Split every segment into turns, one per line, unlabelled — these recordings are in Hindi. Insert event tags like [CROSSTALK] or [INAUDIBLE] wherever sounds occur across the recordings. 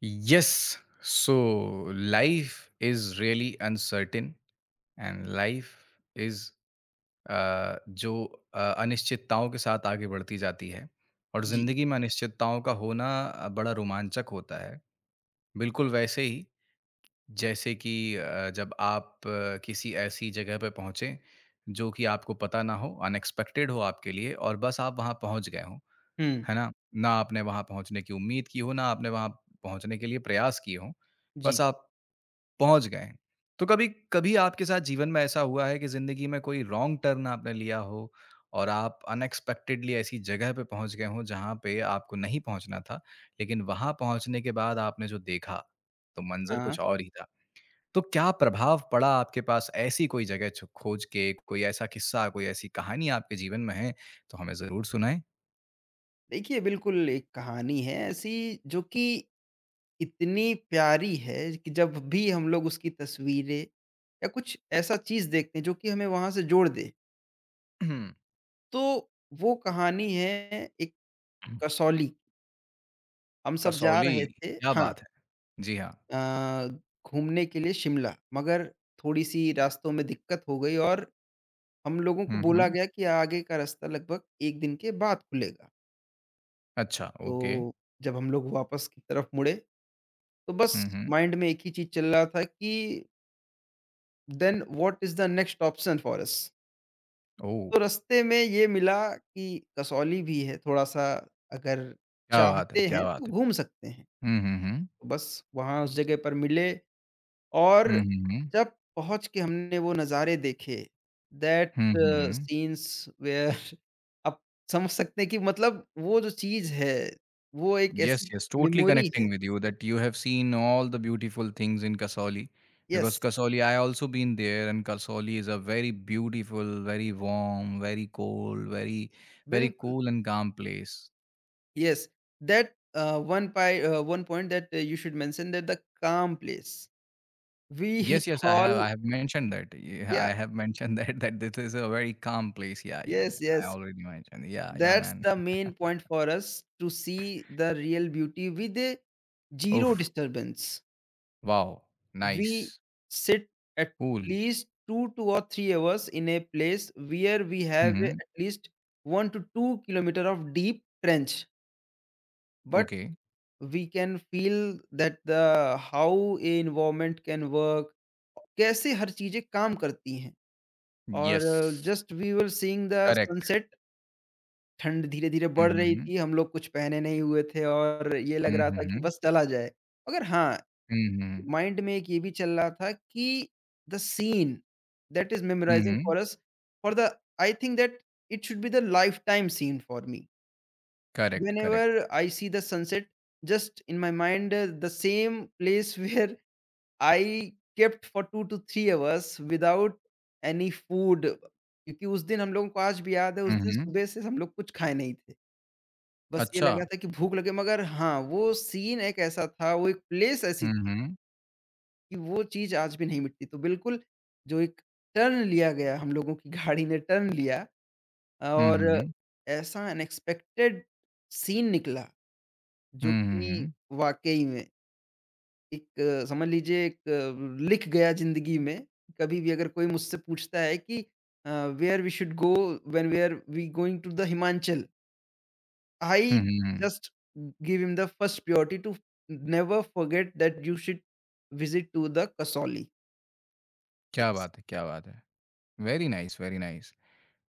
Yes. So life is really uncertain and life is जो अनिश्चितताओं के साथ आगे बढ़ती जाती है और
जी।
जिंदगी में अनिश्चितताओं का होना बड़ा रोमांचक होता है। बिल्कुल वैसे ही जैसे कि जब आप किसी ऐसी जगह पे पहुँचे जो कि आपको पता ना हो, अनएक्सपेक्टेड हो आपके लिए और बस आप वहाँ पहुँच गए हों,
हुँ,
है ना? ना आपने वहाँ पहुँचने की उम्मीद की हो, ना आपने वहाँ पहुँचने के लिए प्रयास किए हों।
जी।
बस आप पहुँच गए। तो कभी कभी आपके साथ जीवन में ऐसा हुआ है कि ज़िंदगी में कोई रॉन्ग टर्न आपने लिया हो और आप अनएक्सपेक्टेडली ऐसी जगह पे पहुँच गए हों जहाँ पे आपको नहीं पहुँचना था, लेकिन वहाँ पहुँचने के बाद आपने जो देखा, तो मंज़र
हाँ।
कुछ और ही था। तो क्या प्रभाव पड़ा आपके पास ऐसी कोई जगह छ खोज के, कोई ऐसा किस्सा, कोई ऐसी कहानी आपके जीवन में है, तो हमें ज़रूर सुनाएँ।
देखिए, बिल्कुल एक कहानी है ऐसी जो कि इतनी प्यारी है कि जब भी हम लोग उसकी तस्वीरें या कुछ ऐसा चीज़ देखते हैं जो कि हमें वहाँ से जोड़ दे। तो वो कहानी है एक कसौली की। हम सब जा
कसौली,
रहे थे,
क्या
हाँ,
बात है! जी हाँ।
अ, घूमने के लिए शिमला, मगर थोड़ी-सी रास्तों में दिक्कत हो गई और हम लोगों को
हुँ,
बोला
हुँ।
गया कि आगे का रास्ता लगभग 1 दिन के बाद खुलेगा।
अच्छा, ओके।
तो जब हम लोग वापस की तरफ मुड़े तो बस
हुँ, हुँ।
माइंड में एक ही चीज़ चल रहा था कि then what is the next option for us?
ओह!
तो रास्ते में ये मिला कि कसौली भी है थोड़ा-सा, अगर
क्या बात है!
चाहते
क्या
हैं तो
बात है!
घूम सकते हैं।
हम्म हम्म हम्म
तो बस वहाँ उस जगह पर मिले और
हम्म हम्म
जब पहुँच के हमने वो नज़ारे देखे, दैट
हुँ,
सीन्स वेयर [LAUGHS] आप समझ सकते हैं कि मतलब वो जो चीज़ है, वो एक
Yes,
ऐसी
yes, totally
मेमोरी है।
connecting with you that you have seen all the beautiful things in Kasauli because
yes,
Kasauli I also been there and Kasauli is a very beautiful, very warm, very cold, very, very
बिल्कुल।
cool and calm place.
Yes, that one point that you should mention that the calm place. We
Yes, yes,
[LAUGHS]
I
all
have I have mentioned that. Yeah, I
yeah,
have [LAUGHS] mentioned that that this is a very calm place. Yeah, yeah, yeah.
yes,
I
yes,
already mentioned. Yeah, yeah,
that's
man.
the main point for us to see the real beauty with a zero
Oof!
disturbance.
Wow!
We
Nice.
sit at
Cool.
least two or three hours in a place where we have
Mhm.
at least one to two kilometer of deep trench, but
Okay.
we can feel that the how a environment can work, कैसे हर चीजें काम करती हैं और
yes,
just we were seeing the
correct.
Sunset. ठंड धीरे धीरे
हुँ,
बढ़
हुँ,
रही
हुँ।
थी, हम लोग कुछ पहने नहीं हुए थे और ये लग
हुँ,
रहा
हुँ,
था कि
हुँ।
बस चला जाए, मगर हाँ,
हुँ, हुँ।
माइंड में एक ये भी चल रहा था कि the scene that is
hmm,
memorising
hmm.
For us for the, I think that it should be the lifetime scene for me.
Correct, correct.
Whenever I see the sunset, just in my mind, the same place [LAUGHS] where I kept for two to three hours without any food। क्योंकि उस दिन हम लोगों को आज भी याद है, उस
हुँ,
दिन
हुँ।
सुबह से हम लोग कुछ खाए नहीं थे। बस ये
अच्छा।
लग रहा था कि भूख लगे, मगर हाँ, वो सीन एक ऐसा था, वो एक प्लेस ऐसी
हुँ,
थी
हुँ।
कि वो चीज आज भी नहीं मिटती। तो बिल्कुल जो एक टर्न लिया गया, हम लोगों की गाड़ी ने टर्न लिया
हुँ,
और
हुँ, हुँ।
ऐसा अनएक्सपेक्टेड सीन निकला, जो
हुँ, हुँ,
कि
हुँ।
वाक़ई में एक, समझ लीजिए, एक लिख गया ज़िंदगी में। कभी भी अगर कोई मुझसे पूछता है कि uh, where we should go when we are we going to the Himachal,
hmm,
I
hmm, hmm.
Just give him the first priority to never forget that you should visit to the Kasauli.
क्या
यस।
बात है, क्या बात है। Very nice, very nice.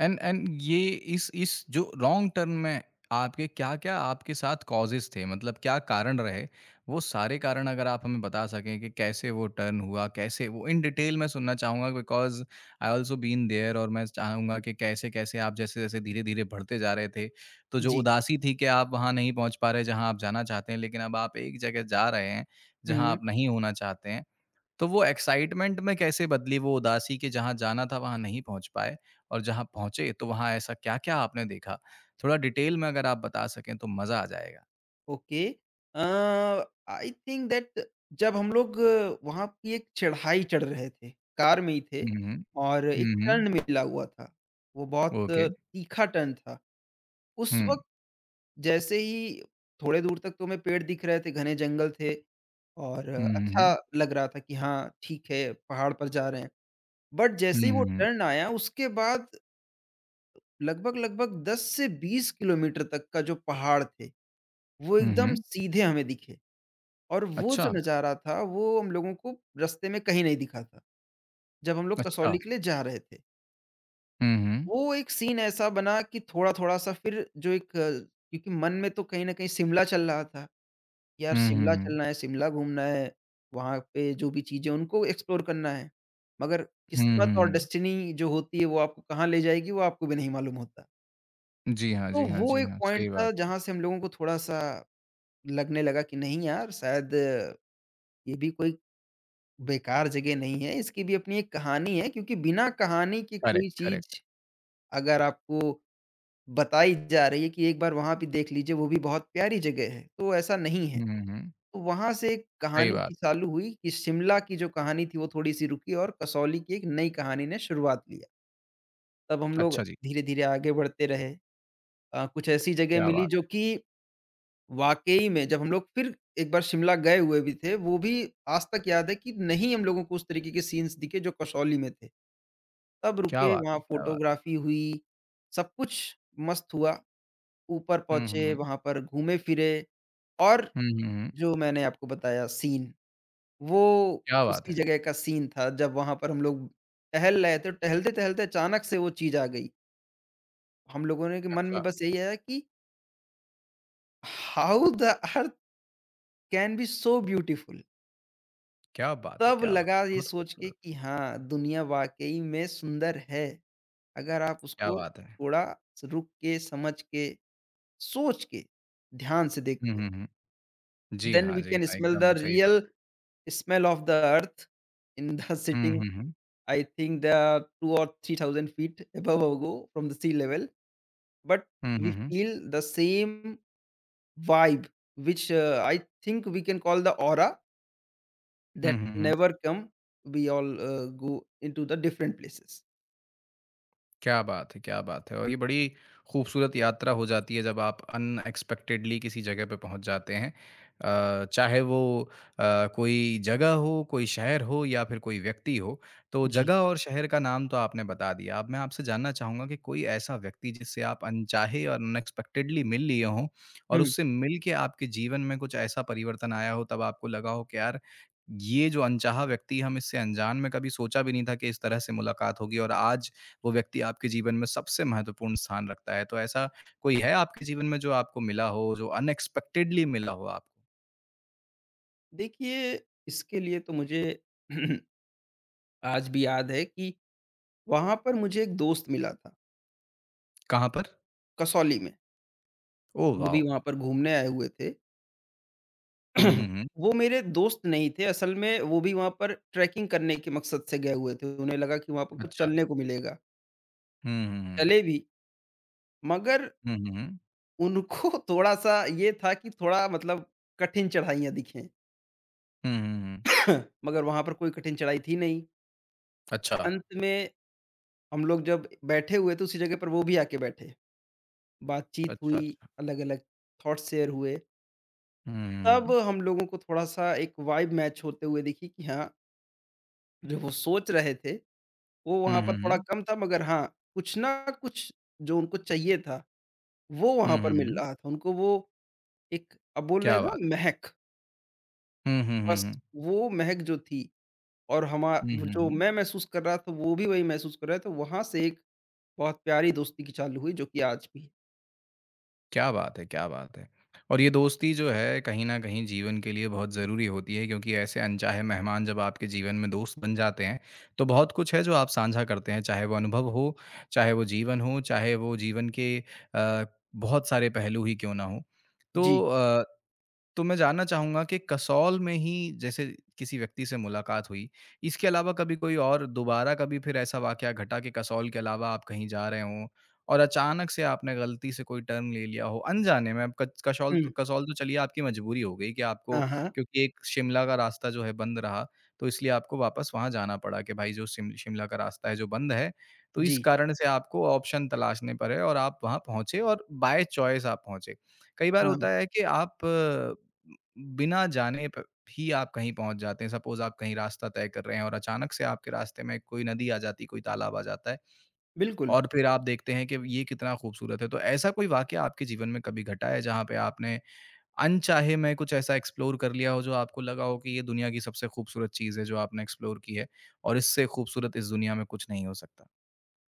And and ये इस जो लॉन्ग टर्म में आपके क्या-क्या आपके साथ कॉजेज़ थे? मतलब क्या कारण रहे? वो सारे कारण अगर आप हमें बता सकें कि कैसे वो टर्न हुआ? कैसे वो इन डिटेल मैं सुनना चाहूँगा because I also been there और मैं चाहूँगा कि कैसे-कैसे आप जैसे-जैसे धीरे-धीरे बढ़ते जा रहे थे, तो जो
जी।
उदासी थी कि आप वहाँ नहीं पहुँच पा रहे जहाँ आप जाना चाहते हैं, लेकिन अब आप एक जगह जा रहे हैं, जहाँ
हुँ।
आप नहीं होना चाहते हैं। तो वो एक्साइटमेंट में कैसे बदली वो उदासी कि जहाँ जाना था वहाँ नहीं पहुँच पाए और जहाँ पहुँचे तो वहाँ ऐसा क्या-क्या आपने देखा? थोड़ा डिटेल में अगर आप बता सकें तो मज़ा आ जाएगा।
Okay. Uh, I think that जब हम लोग वहाँ की एक चढ़ाई चढ़ रहे थे, कार में ही थे
हुँ, हुँ।
और एक
हुँ, हुँ।
टर्न मिला हुआ था। वो बहुत
ओके।
तीखा टर्न था। उस
हुँ।
वक़्त जैसे ही, थोड़े दूर तक तो हमें पेड़ दिख रहे थे, घने जंगल थे और
हुँ, हुँ,
अच्छा
हुँ।
लग रहा था कि हाँ, ठीक है, पहाड़ पर जा रहे हैं। बट
हुँ,
जैसे ही वो
हुँ, हुँ।
टर्न आया, उसके बाद लगभग-लगभग 10 से 20 किलोमीटर तक का जो पहाड़ थे, वो
हुँ,
एकदम
हुँ।
सीधे हमें दिखे। और वो
अच्छा,
जो नज़ारा था, वो हम लोगों को रास्ते में कहीं नहीं दिखा था जब हम लोग
अच्छा।
कसौली के लिए जा रहे थे।
हुँ, हुँ।
वो एक सीन ऐसा बना कि थोड़ा-थोड़ा सा फिर जो एक क्योंकि मन में तो कहीं न कहीं शिमला चल रहा था। यार
हुँ, हुँ,
शिमला
हुँ।
चलना है, शिमला घूमना है, वहाँ पे जो भी चीज़ें उनको एक्सप्लोर करना है। मगर
हुँ,
किस्मत
हुँ,
और
हुँ।
डेस्टिनी जो होती है, वो आपको कहाँ ले जाएगी, वो आपको भी नहीं मालूम होता।
जी हाँ,
तो
जी हाँ,
वो
जी
एक
हाँ। सही
पॉइंट था
बात।
जहाँ से हम लोगों को थोड़ा-सा लगने लगा कि नहीं यार, शायद ये भी कोई बेकार जगह नहीं है, इसकी भी अपनी एक कहानी है। क्योंकि बिना कहानी की कोई
करेक्ट, करेक्ट।
चीज़ अगर आपको बताई जा रही है कि एक बार वहाँ भी देख लीजिए, वो भी बहुत प्यारी जगह है, तो ऐसा नहीं है।
हुँ, हुँ, हुँ।
तो वहाँ से एक
सही
कहानी
बात।
की चालू हुई कि शिमला की जो कहानी थी वो थोड़ी-सी रुकी और कसौली की एक नई कहानी ने शुरुआत लिया। तब हम लोग
अच्छा जी,
धीरे-धीरे आगे बढ़ते रहे। कुछ ऐसी जगह
क्या
मिली
बात!
जो कि वाक़ई में, जब हम लोग फिर एक बार शिमला गए हुए भी थे, वो भी आज तक याद है कि नहीं, हम लोगों को उस तरीके के सीन्स दिखे जो कसौली में थे। तब
क्या
रुके,
बात है!
वहाँ
क्या बात है!
फ़ोटोग्राफ़ी हुई, सब कुछ मस्त हुआ। ऊपर
हुँ, हुँ,
पहुँचे,
हुँ।
वहाँ पर घूमे-फिरे और
हुँ, हुँ, हुँ।
जो मैंने आपको बताया सीन, वो
क्या बात
उसी
है!
जगह का सीन था, जब वहाँ पर हम लोग टहल रहे थे। टहलते-टहलते अचानक से वो चीज़ आ गई। हम लोगों ने के मन
अच्छा।
में बस यही आया कि how the earth can be so beautiful.
क्या बात है!
तब
क्या बात
लगा
है!
ये
बहुत
सोच के
खूबसूरत,
कि हाँ, दुनिया वाक़ई में सुंदर है, अगर आप
क्या
उसको
बात है!
थोड़ा स रुक के, समझ के, सोच के, ध्यान से
हुँ,
देखते
हुँ,
हो।
हुँ। जी
देन
हाँ,
वी
जी
कैन
हाँ,
स्मेल
एकदम
द
सही
रियल
बात है।
Smell of the earth in the
hmm,
sitting.
Hmm, hmm.
I think they are 2 और 3000 feet above ago from the sea level, but
hmm,
we
hmm, hmm.
Feel the same vibe which I think we can call the aura
hmm,
that
hmm, hmm.
Never come, we all go into the different places.
क्या बात है और ये बड़ी खूबसूरत यात्रा हो जाती है जब आप अनएक्सपेक्टेडली किसी जगह पे पहुँच जाते हैं। चाहे वो अ, कोई जगह हो, कोई शहर हो या फिर कोई व्यक्ति हो। तो
[LAUGHS] जी।
जगह और शहर का नाम तो आपने बता दिया। अब मैं आपसे जानना चाहूँगा कि कोई ऐसा व्यक्ति जिससे आप अनचाहे और अनएक्सपेक्टेडली मिल लिए हों और
हुँ।
उससे मिल के आपके जीवन में कुछ ऐसा परिवर्तन आया हो तब आपको लगा हो कि यार ये जो अनचाहा व्यक्ति हम इससे अनजान में कभी सोचा भी नहीं था कि इस तरह से मुलाकात होगी और आज वो व्यक्ति आपके जीवन में सबसे महत्वपूर्ण स्थान रखता है। तो ऐसा कोई है आपके जीवन में जो आपको मिला हो, जो अनएक्सपेक्टेडली मिला हो आपको?
देखिए, इसके लिए तो मुझे [CLEARS THROAT] आज भी याद है कि वहाँ पर मुझे एक दोस्त मिला था,
कहाँ पर?
कसौली में।
ओह
वो
वाओ!
भी वहाँ पर घूमने आए हुए थे।
हुँ, हुँ,
[CLEARS THROAT]
हुँ।
वो मेरे दोस्त नहीं थे, असल में वो भी वहाँ पर ट्रैकिंग करने के मकसद से गए हुए थे। उन्हें लगा कि वहाँ पर कुछ
अच्छा।
चलने को मिलेगा,
हुँ, हुँ, हुँ।
चले भी, मगर
हुँ, हुँ, हुँ।
उनको [LAUGHS] थोड़ा-सा ये था कि थोड़ा मतलब कठिन चढ़ाइयाँ दिखें।
हुँ, हुँ, हुँ।
[CLEARS THROAT] मगर वहाँ पर कोई कठिन चढ़ाई थी नहीं।
अच्छा।
अंत में हम लोग जब बैठे हुए थे, उसी जगह पर वो भी आके बैठे। बातचीत
अच्छा,
हुई,
अच्छा।
अलग-अलग थॉट्स शेयर हुए,
हुँ, हुँ,
तब
हुँ।
हम लोगों को थोड़ा-सा एक वाइब मैच होते हुए दिखी कि हाँ, जो वो सोच रहे थे, वो
हुँ,
वहाँ पर
हुँ,
थोड़ा
हुँ।
कम था, मगर हाँ, कुछ ना कुछ जो उनको चाहिए था, वो वहाँ
हुँ, हुँ,
पर मिल
हुँ।
रहा था। उनको वो एक अब बोल रहे
क्या
हैं
बात
ना,
है!
महक,
हुँ, हुँ, हुँ,
बस
हुँ।
वो महक जो थी, और हमा
हुँ, हुँ,
जो
हुँ।
मैं महसूस कर रहा था, वो भी वही महसूस कर रहा था, वहाँ से एक बहुत प्यारी दोस्ती की चालू हुई जो कि आज भी है।
क्या बात है! क्या बात है! और ये दोस्ती जो है कहीं न कहीं जीवन के लिए बहुत ज़रूरी होती है क्योंकि ऐसे अनचाहे मेहमान जब आपके जीवन में दोस्त बन जाते हैं, तो बहुत कुछ है जो आप साझा करते हैं, चाहे वो अनुभव हो, चाहे वो जीवन हो, चाहे वो जीवन के अ, बहुत सारे पहलू ही क्यों ना हों। तो
जी।
अ तो मैं जानना चाहूँगा कि कसौल में ही जैसे किसी व्यक्ति से मुलाकात हुई, इसके अलावा कभी कोई और दोबारा कभी फिर ऐसा वाक़या घटा कि कसौल के अलावा आप कहीं जा रहे हों और अचानक से आपने गलती से कोई टर्न ले लिया हो अनजाने में? अब क
हुँ।
कसौल तो चलिए आपकी मजबूरी हो गई कि आपको
हाँ, हाँ।
क्योंकि एक शिमला का रास्ता जो है बंद रहा, तो इसलिए आपको वापस वहाँ जाना पड़ा कि भाई जो शिमला का रास्ता है जो बंद है, तो इस
जी।
कारण से आपको ऑप्शन तलाशने पड़े और आप वहाँ पहुँचे और बाय चॉइस आप पहुँचे। कई बार
हाँ,
होता है कि आप बिना जाने प भी आप कहीं पहुँच जाते हैं। सपोज़ आप कहीं रास्ता तय कर रहे हैं और अचानक से आपके रास्ते में कोई नदी आ जाती है, कोई तालाब आ जाता है
बिल्कुल।
और फिर आप देखते हैं कि ये कितना खूबसूरत है। तो ऐसा कोई वाक़या आपके जीवन में कभी घटा है जहाँ पे आपने अनचाहे में कुछ ऐसा एक्सप्लोर कर लिया हो जो आपको लगा हो कि ये दुनिया की सबसे खूबसूरत चीज़ है जो आपने एक्सप्लोर की है और इससे खूबसूरत इस दुनिया में कुछ नहीं हो सकता?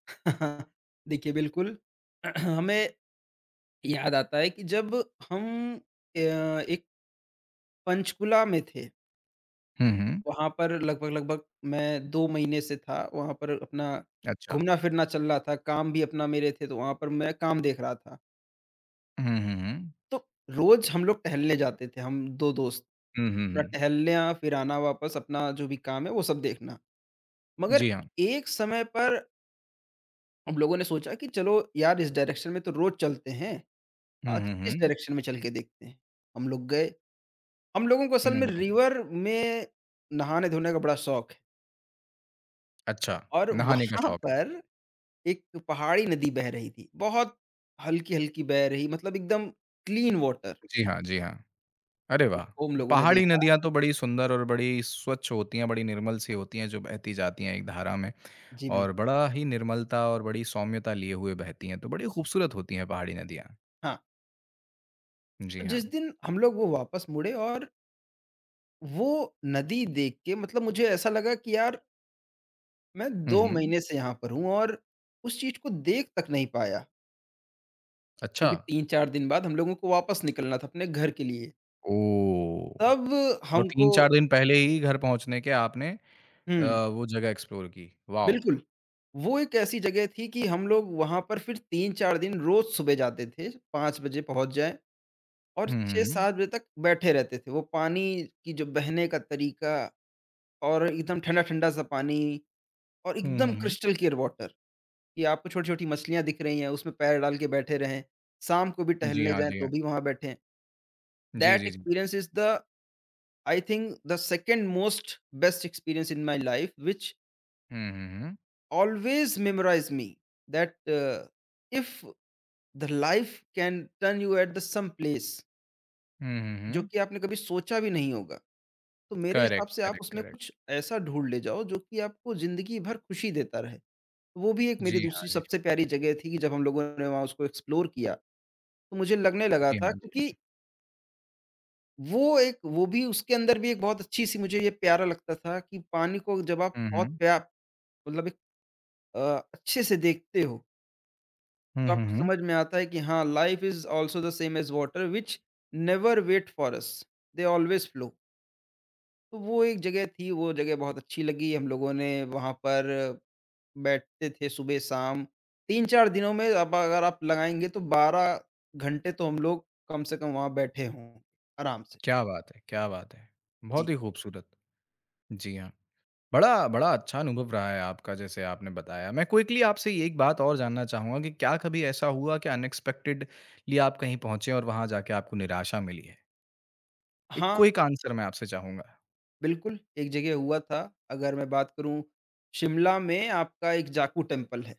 [LAUGHS] देखिए, बिल्कुल [CLEARS THROAT] हमें याद आता है कि जब हम अ, एक पंचकुला में थे,
हुँ, हुँ।
वहाँ पर लगभग लगभग मैं 2 महीने से था, वहाँ पर अपना
अच्छा।
घूमना-फिरना चल रहा था, काम भी अपना मेरे थे, तो वहाँ पर मैं काम देख रहा था।
हुँ, हुँ, हुँ।
तो रोज़ हम लोग टहलने जाते थे, हम 2 दोस्त।
हुँ, हुँ,
थोड़ा
हुँ।
टहलना, फिर आना वापस, अपना जो भी काम है वो सब देखना। मगर
जी हाँ।
एक समय पर हम लोगों ने सोचा कि चलो यार, इस डायरेक्शन में तो रोज़ चलते हैं,
हुँ,
आज
हुँ,
इस
हुँ।
डायरेक्शन में चल के देखते हैं। हम लोग गए। हम लोगों को
हुँ,
असल में
हुँ।
रिवर में नहाने-धोने का बड़ा शौक है
अच्छा,
और
नहाने का
वहाँ
शौक है।
पर एक पहाड़ी नदी बह रही थी। बहुत हल्की-हल्की बह रही, मतलब एकदम क्लीन वाटर।
जी हाँ, जी हाँ। अरे वाह!
उसको हम लोगों ने
पहाड़ी
देखा।
नदियाँ तो बड़ी सुंदर और बड़ी स्वच्छ होती हैं, बड़ी निर्मल सी होती हैं जो बहती जाती हैं एक धारा में
जी,
और
बिल्कुल।
बड़ा ही निर्मलता और बड़ी सौम्यता लिए हुए बहती हैं, तो बड़ी खूबसूरत होती हैं पहाड़ी नदियाँ।
हाँ,
जी
तो
हाँ।
जिस दिन हम लोग वो वापस मुड़े और वो नदी देख के, मतलब मुझे ऐसा लगा कि यार, मैं
हुँ,
2
हुँ।
महीने से यहाँ पर हूँ और उस चीज़ को देख तक नहीं पाया,
अच्छा।
क्योंकि 3-4 दिन बाद हम लोगों को वापस निकलना था अपने घर के लिए।
ओह!
तब
और
हमको,
3-4 दिन पहले ही घर पहुँचने के आपने
हुँ,
वो जगह एक्सप्लोर की। वाओ!
बिल्कुल। वो एक ऐसी जगह थी कि हम लोग वहाँ पर फिर 3-4 दिन रोज़ सुबह जाते थे, 5 बजे पहुँच जाएँ और
हुँ, हुँ, हुँ।
6-7 बजे तक बैठे रहते थे। वो पानी की जो बहने का तरीका, और एकदम ठंडा-ठंडा सा पानी और
हुँ,
एकदम
हुँ, हुँ।
क्रिस्टल क्लियर वाटर, कि आपको छोटी-छोटी मछलियाँ दिख रही हैं, उसमें पैर डाल के बैठे रहें। शाम को भी
जी
टहलने
हाँ,
जाएँ,
जी
तो
हाँ।
भी वहाँ बैठें।
जी,
दैट
जी, जी।
Experience is the, I think the 2nd most best experience in my life which
hmm, hmm, hmm.
always memorize me that if the life can turn you at the some place,
hmm, hmm,
जो
हुँ।
कि आपने कभी सोचा भी नहीं होगा, तो मेरे हिसाब
करेक्ट,
से आप
करेक्ट,
उसमें
करेक्ट।
कुछ ऐसा ढूंढ ले जाओ जो कि आपको जिंदगी भर खुशी देता रहे। तो वो भी एक मेरी
जी हाँ,
दूसरी
जी हाँ।
सबसे प्यारी जगह थी, कि जब हम लोगों ने वहाँ उसको एक्सप्लोर किया, तो मुझे लगने लगा
जी
था,
हाँ, जी।
क्योंकि वो एक, वो भी उसके अंदर भी एक बहुत अच्छी सी मुझे ये प्यारा लगता था कि पानी को जब आप
हुँ,
बहुत
हुँ।
प्यार, मतलब एक अ, अच्छे से देखते हो,
हुँ,
तो
हुँ,
आपको
हुँ।
समझ में आता है कि हाँ, life is also the same as water which never wait for us, they always flow. तो वो एक जगह थी, वो जगह बहुत अच्छी लगी, हम लोगों ने वहाँ पर बैठते थे सुबह-शाम। 3-4 दिनों में अब अगर आप लगाएँगे तो 12 घंटे तो हम लोग कम से कम वहाँ बैठे हों, आराम से।
क्या बात है, क्या बात है! बहुत
जी।
ही खूबसूरत। जी हाँ। बड़ा बड़ा अच्छा अनुभव रहा है आपका जैसे आपने बताया। मैं क्विकली आपसे ये एक बात और जानना चाहूँगा कि क्या कभी ऐसा हुआ कि अनएक्सपेक्टेडली आप कहीं पहुँचे और वहाँ जाके आपको निराशा मिली है? एक
हाँ,
क्विक आंसर मैं आपसे चाहूँगा।
बिल्कुल, एक जगह हुआ था, अगर मैं बात करूँ, शिमला में आपका एक जाकू टेम्पल है,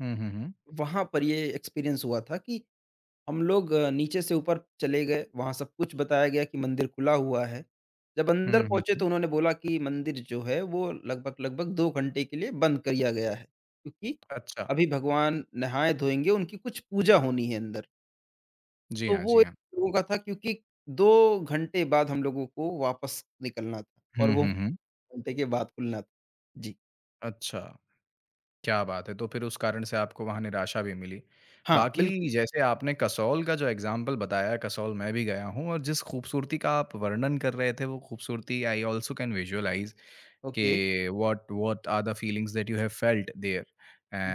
हुँ, हुँ, हुँ।
वहाँ पर ये एक्सपीरियंस हुआ था कि हम लोग नीचे से ऊपर चले गए, वहाँ सब कुछ बताया गया कि मंदिर खुला हुआ है। जब अंदर
हुँ, हुँ,
पहुँचे तो
हुँ।
उन्होंने बोला कि मंदिर जो है वो लगभग-लगभग 2 घंटे के लिए बंद कर दिया गया है, क्योंकि
अच्छा।
अभी भगवान नहाए-धोएँगे, उनकी कुछ पूजा होनी है अंदर।
जी
तो
हाँ, जी
वो एक
हाँ।
लोगों का था, क्योंकि 2 घंटे बाद हम लोगों को वापस निकलना था और
हुँ,
वो
हुँ, हुँ।
घंटे के बाद खुलना था। जी।
अच्छा। क्या बात है! तो फिर उस कारण से आपको वहाँ निराशा भी मिली।
हाँ, बिल्कुल।
बाकी जैसे आपने कसौल का जो एग्ज़ाम्पल बताया, कसौल मैं भी गया हूँ और जिस खूबसूरती का आप वर्णन कर रहे थे, वो खूबसूरती I also can visualise
okay,
कि what what are the feelings that you have felt there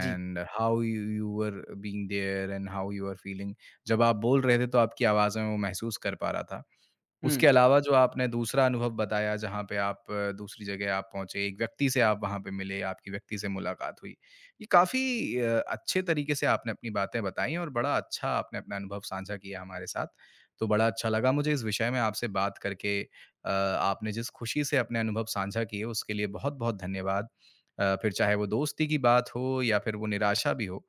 जी।
How you you were being there and how you are feeling. जब आप बोल रहे थे, तो आपकी आवाज़ में वो महसूस कर पा रहा था।
हुँ।
उसके अलावा जो आपने दूसरा अनुभव बताया जहाँ पे आप दूसरी जगह आप पहुँचे, एक व्यक्ति से आप वहाँ पे मिले, आपकी व्यक्ति से मुलाकात हुई। ये काफ़ी अच्छे तरीके से आपने अपनी बातें बताई और बड़ा अच्छा आपने अपना अनुभव साझा किया हमारे साथ। तो बड़ा अच्छा लगा मुझे इस विषय में आपसे बात करके। आपने जिस खुशी से अपने अनुभव साझा किए उसके लिए बहुत-बहुत धन्यवाद। फिर चाहे वो दोस्ती की बात हो या फिर वो निराशा भी हो।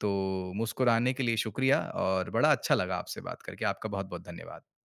तो मुस्कुराने के लिए शुक्रिया और बड़ा अच्छा लगा आपसे बात करके। आपका बहुत-बहुत धन्यवाद।